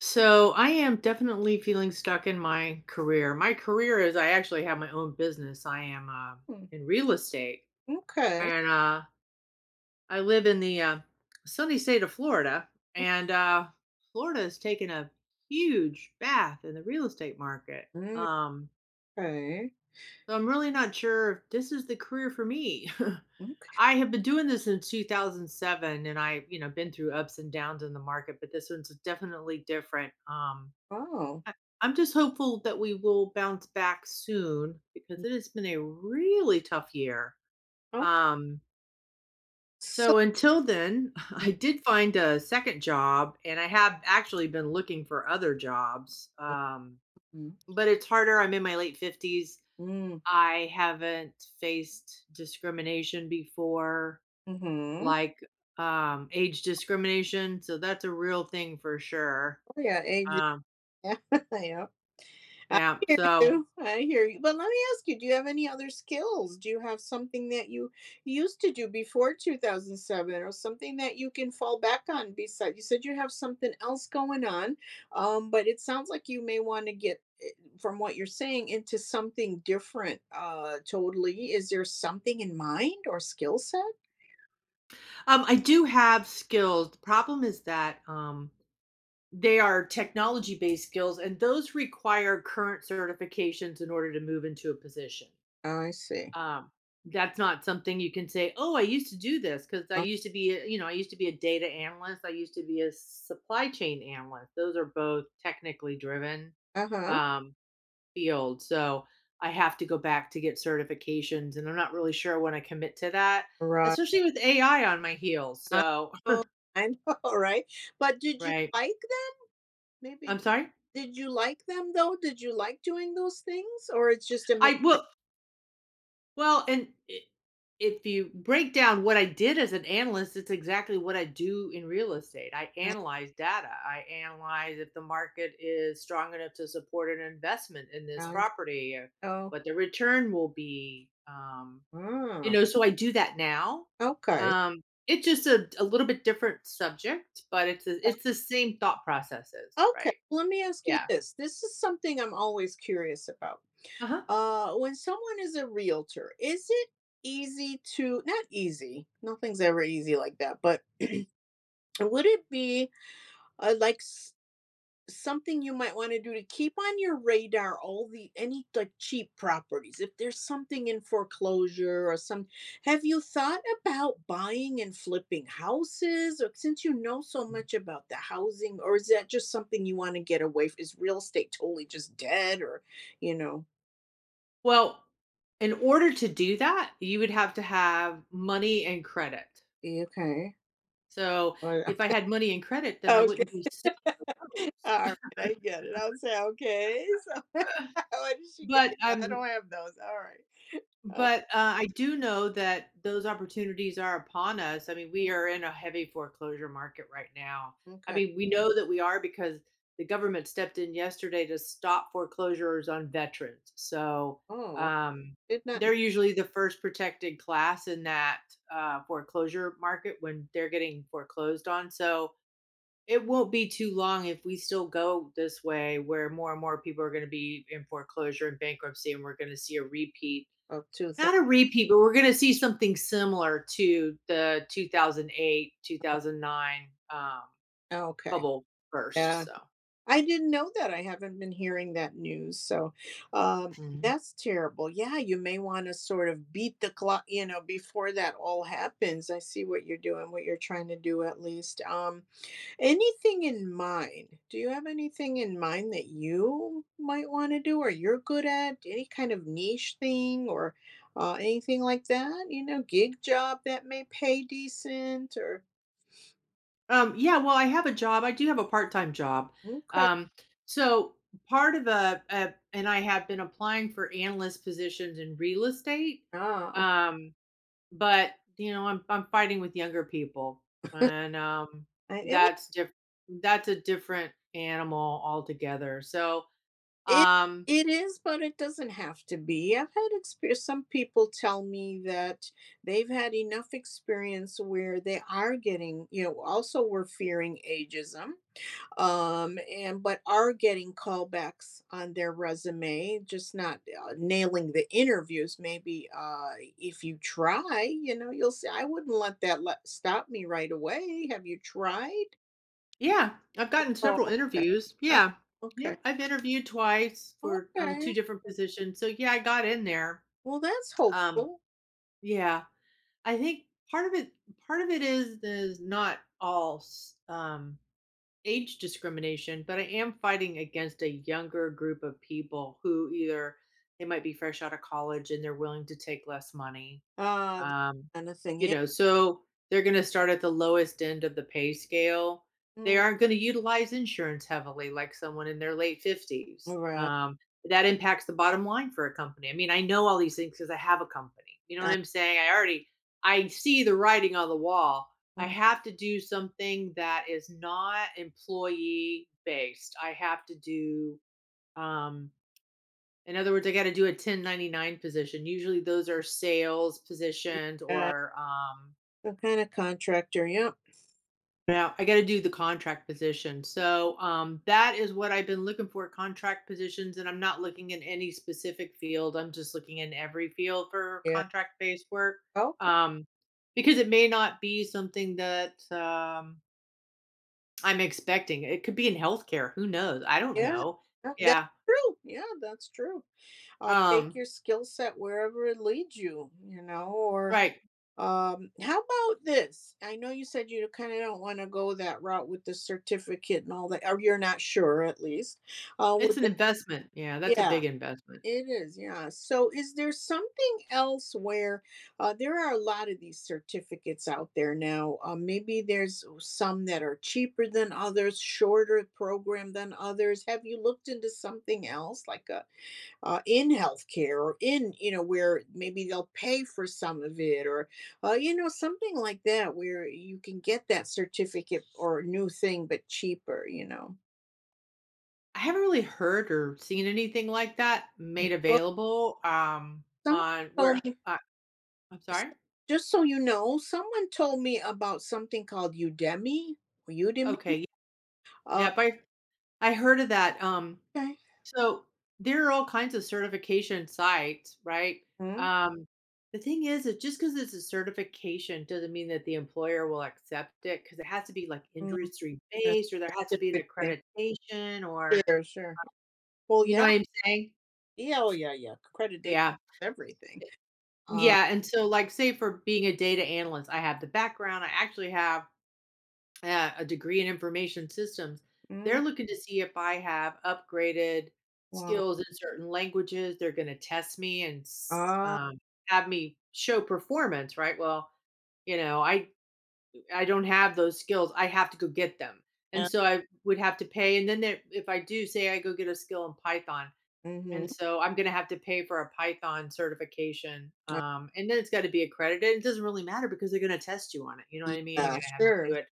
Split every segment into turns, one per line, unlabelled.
So I am definitely feeling stuck in my career. My career is I actually have my own business. I am
Hmm,
in real estate,
okay.
and I live in the sunny state of Florida. And Florida has taken a huge bath in the real estate market. Um,
Okay.
so I'm really not sure if this is the career for me.
M'kay.
I have been doing this since 2007, and I, you know, been through ups and downs in the market, but this one's definitely different.
Wow.
I I'm just hopeful that we will bounce back soon because it has been a really tough year.
Oh,
Um,
so
so until then, I did find a second job and I have actually been looking for other jobs.
mhm.
But it's harder. I'm in my late 50s.
Mm,
I haven't faced discrimination before,
mhm.
like age discrimination. So that's a real thing for sure.
Oh, yeah, ages.
Um,
Yeah, yep.
yeah.
you. I hear you. But let me ask you, do you have any other skills? Do you have something that you used to do before 2007, or something that you can fall back on besides? You said you have something else going on, but it sounds like you may want to get from what you're saying into something different totally. Is there something in mind or skill set?
I do have skills. The problem is that they are technology based skills, and those require current certifications in order to move into a position.
I see.
Um, that's not something you can say. Oh, I used to do this because I
Uh
used to be, a, you know, I used to be a data analyst. I used to be a supply chain analyst. Those are both technically driven
huh.
um, fields. So I have to go back to get certifications, and I'm not really sure when I commit to that,
Right.
especially with AI on my heels.
I
So
know. I know. Right. But did you
right.
like them? Maybe.
I'm sorry?
Did you like them though? Did you like doing those things, or it's just a
I
matter?
well well, and I if you break down what I did as an analyst, it's exactly what I do in real estate. I analyze data. I analyze if the market is strong enough to support an investment in this
I see.
property, or
Oh.
what the return will be. You
Mm.
know, so I do that now.
Okay.
Um, it's just a little bit different subject, but
Okay.
it's the same thought processes,
Okay.
right?
Let me ask you
Yeah.
this. This is something I'm always curious about.
Uh huh.
When someone is a realtor, is it easy to not easy, nothing's ever easy like that, but would it be, like s something you might wanna do to keep on your radar all the any, like, cheap properties? If there's something in foreclosure or some have you thought about buying and flipping houses? Or since you know so much about the housing, or is that just something you wanna get away from? Is real estate totally just dead, or, you know?
Well, in order to do that, you would have to have money and credit.
Okay.
So, if I had money and credit, then I
Okay.
wouldn't be sitting on
All
those.
right, I get it. I would say, "Okay, so where did she get
But
it? I
I'm
don't have those." All right.
But, I do know that those opportunities are upon us. I mean,
Mm,
we are in a heavy foreclosure market right now. I
okay.
mean, we know that we are because the government stepped in yesterday to stop foreclosures on veterans. So,
Oh,
um,
did not know
they're usually the first protected class in that, foreclosure market when they're getting foreclosed on. So, it won't be too long if we still go this way where more and more people are going to be in foreclosure and bankruptcy, and we're going to see a repeat,
about 2000.
not a repeat, but we're going to see something similar to the 2008, 2009
Okay.
bubble burst.
Yeah.
So,
I didn't know that. I haven't been hearing that news, so,
mhm.
that's terrible. Yeah, you may wanna sort of beat the clock, you know, before that all happens. I see what you're doing, what you're trying to do at least. Anything in mind? Do you have anything in mind that you might wanna do or you're good at? Any kind of niche thing, or, anything like that? You know, gig job that may pay decent or
Yeah, well, I have a job. I do have a part time job.
okay.
Um, so, part of a, and I have been applying for analyst positions in real estate.
Oh,
Um, but, you know, I'm fighting with younger people. And
I
That's different. That's a different animal altogether.
it
Um
it is, but it doesn't have to be. I've had experience. Some people tell me that they've had enough experience where they are getting, you know, also we're fearing ageism, and but are getting callbacks on their resume, just not, nailing the interviews maybe. If you try, you know, you'll see I wouldn't let that stop me right away. Have you tried?
Yeah, I've gotten
Oh,
several interviews. Yeah.
okay.
Yep, I've interviewed twice
Oh,
for,
okay,
2
okay,
different positions. So, yeah, I got in there.
well that's
Um,
hopeful.
yeah, I think part of it part of it is not all s age discrimination, but I am fighting against a younger group of people who either they might be fresh out of college and they're willing to take less money,
That
um,
kind of thing,
you
yeah.
know, so they're going to start at the lowest end of the pay scale. They
Mm,
aren't going to utilize insurance heavily like someone in their late 50s.
all right.
That impacts the bottom line for a company. I mean, I know all these things because I have a company. You know what
uh,
I'm saying? I see the writing on the wall. I
mm,
have to do something that is not employee based. I have to do um in other words, I got to do a 1099 position. Usually those are sales positioned,
yeah,
or
some kind of contractor, yeah.
now I got to do the contract position. So that is what I've been looking for, contract positions, and I'm not looking in any specific field. I'm just looking in every field for
Yeah,
contract based work.
okay.
Um because it may not be something that I'm expecting. It could be in healthcare, who knows? I don't
Yeah,
know.
yeah, that's
Yeah.
true, yeah, that's true. Take
Um
your skill set wherever it leads you, you know, or
right.
how about this? I know you said you kind of don't want to go that route with the certificate and all that, or you're not sure at least.
It's
With
an
that,
investment. Yeah, that's a
yeah,
big investment.
it is. Yeah. So, is there something else where, there are a lot of these certificates out there now? Maybe there's some that are cheaper than others, shorter program than others. Have you looked into something else like a in healthcare or in, you know, where maybe they'll pay for some of it, or you know, something like that where you can get that certificate or new thing but cheaper, you know.
I haven't really heard or seen anything like that made
Well,
available,
someone
on
told
where
me,
I'm sorry?
just so you know, someone told me about something called Udemy, Udemy.
Okay,
Uh,
yeah, but I heard of that,
okay.
so there are all kinds of certification sites, right?
Mm.
Um, the thing is because it's a certification doesn't mean that the employer will accept it because it has to be, like,
Mm,
industry
that's
based, or there has
a
to be an
good thing.
accreditation, or
Sure, sure. Well,
you know
yeah.
what I'm saying?
Yeah, oh yeah, yeah, accreditation,
Yeah.
everything. uh,
Yeah, and so, like, say for being a data analyst, I have the background. I actually have a degree in information systems. They're
mm,
looking to see if I have upgraded
wow.
skills in certain languages. They're going to test me and s-
Ah,
um, have me show performance, right? Well, you know, I don't have those skills. I have to go get them, and
yeah,
so I would have to pay. And then there, if I do, say I go get a skill in Python,
mhm.
and so I'm gonna have to pay for a Python certification, and then it's gotta be accredited. It doesn't really matter because they're gonna test you on it, you know what I mean?
Yeah,
You're gonna have to
sure.
do it.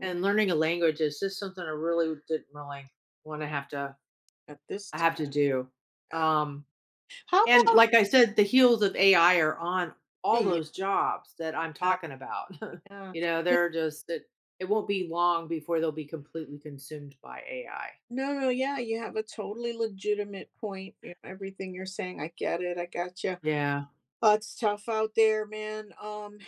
Mm,
And learning a language is just something I really didn't really wanna have to
at this
I have to do.
time.
Um,
How
and
about
like I said, the heels of AI are on
yeah,
all
yeah.
those jobs that I'm
Yeah.
talking about.
Yeah,
You know, they're just that it won't be long before they'll be completely consumed by AI.
no, no, yeah, you have a totally legitimate point. You know, everything you're saying, I get it. I got you.
Yeah,
It's tough out there, man.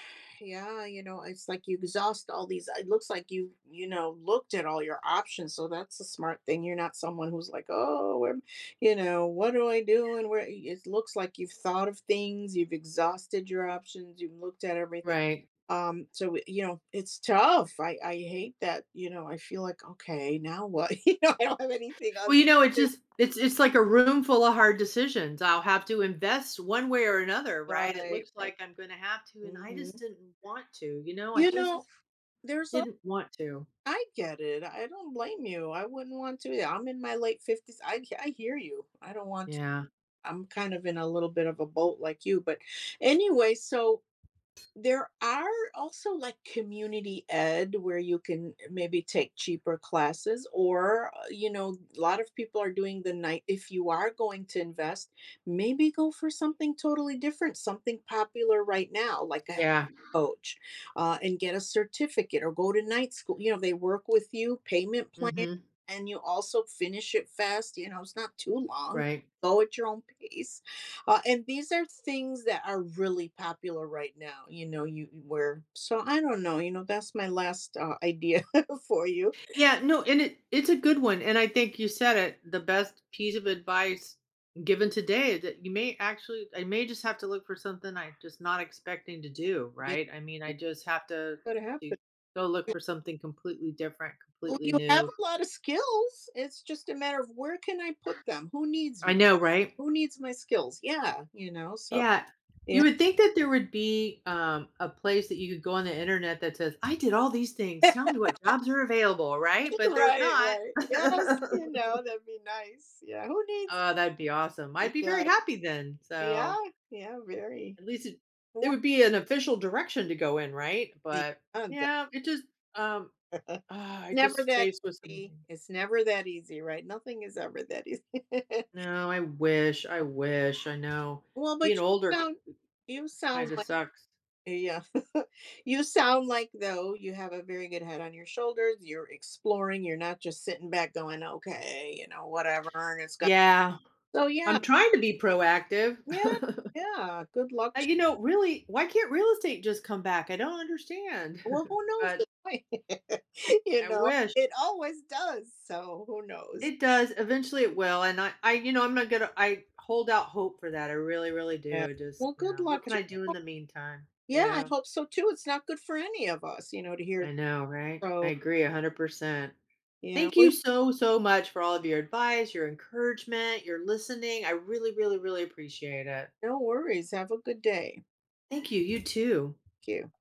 Yeah, you know, it's like you exhaust all these. It looks like you know, looked at all your options. So that's a smart thing. You're not someone who's like, oh, where, you know, what do I do? And where it looks like you've thought of things, you've exhausted your options, you've looked at everything.
right.
So, you know, it's tough. I hate that, you know, I feel like, "Okay, now what?" You know, I don't have anything
Well,
other
you know, it
other
just it's like a room full of hard decisions. I'll have to invest one way or another, right? It
Right,
looks
right.
like I'm going to have to, and I just
Mhm.
didn't want to. You know, I
You
just
know, there's al
didn't want to.
I get it. I don't blame you. I wouldn't want to either. I'm in my late 50s. I hear you. I don't want to.
Yeah,
I'm kind of in a little bit of a boat like you, but anyway, so there are also like community ed where you can maybe take cheaper classes, or, you know, a lot of people are doing the night. If you are going to invest, maybe go for something totally different, something popular right now, like a health
yeah,
coach, and get a certificate or go to night school. You know, they work with you, payment plan,
hmm,
and you also finish it fast. You know, it's not too long.
right.
Go at your own pace, and these are things that are really popular right now, you know, you wear so I don't know, you know, that's my last, idea for you.
Yeah, no, and it's a good one, and I think you said it. The best piece of advice given today, that you may actually, I may just have to look for something I'm just not expecting to do.
Yeah,
Right? I mean, I
it
just have to
could
to
happen.
go look for something completely different,
Well,
completely
you have
new.
a lot of skills, it's just a matter of where can I put them? Who needs
I
me?
know, right?
Who needs my skills? Yeah, you know, so
Yeah. You
yeah.
would think that there would be, a place that you could go on the internet that says, "I did all these things. Tell me what jobs are available," right? But there's
Right,
not.
right. Yes, you know, that'd be nice. Yeah, who needs
Oh, that'd be awesome. I'd be very
yeah,
happy then.
yeah,
So,
yeah, very.
at least it
What
would be an official direction to go in, right?
the
But, yeah, it just, um, ah, I
never
just
that
faced with something.
easy. It's never that easy, right? Nothing is ever that easy.
No, I wish, I wish, I know.
Well, but
Being
you
older
sound you sound
kinda
like
sucks.
yeah. You sound like though you have a very good head on your shoulders. You're exploring. You're not just sitting back going, okay, you know, whatever, and has going.
Yeah.
So yeah,
I'm trying to be proactive.
yeah, yeah. Good luck. To
You know, really, why can't real estate just come back? I don't understand.
you. Well, who knows?
But
It might- you
I
know,
wish
it always does. So who knows?
it does. Eventually it will. And you know, I'm not gonna I hold out hope for that. I really, really
Yeah.
do. I just,
Well,
you
good
know, what
luck
can
to
I do in
you.
the meantime?
Yeah, I
Yeah.
hope so too. It's not good for any of us, you know, to hear
I know, right? I
so,
agree 100%.
yeah,
Thank
well,
you so, so much for all of your advice, your encouragement, your listening. I really, really, really appreciate it.
no worries. Have a good day.
Thank you. You too.
Thank you.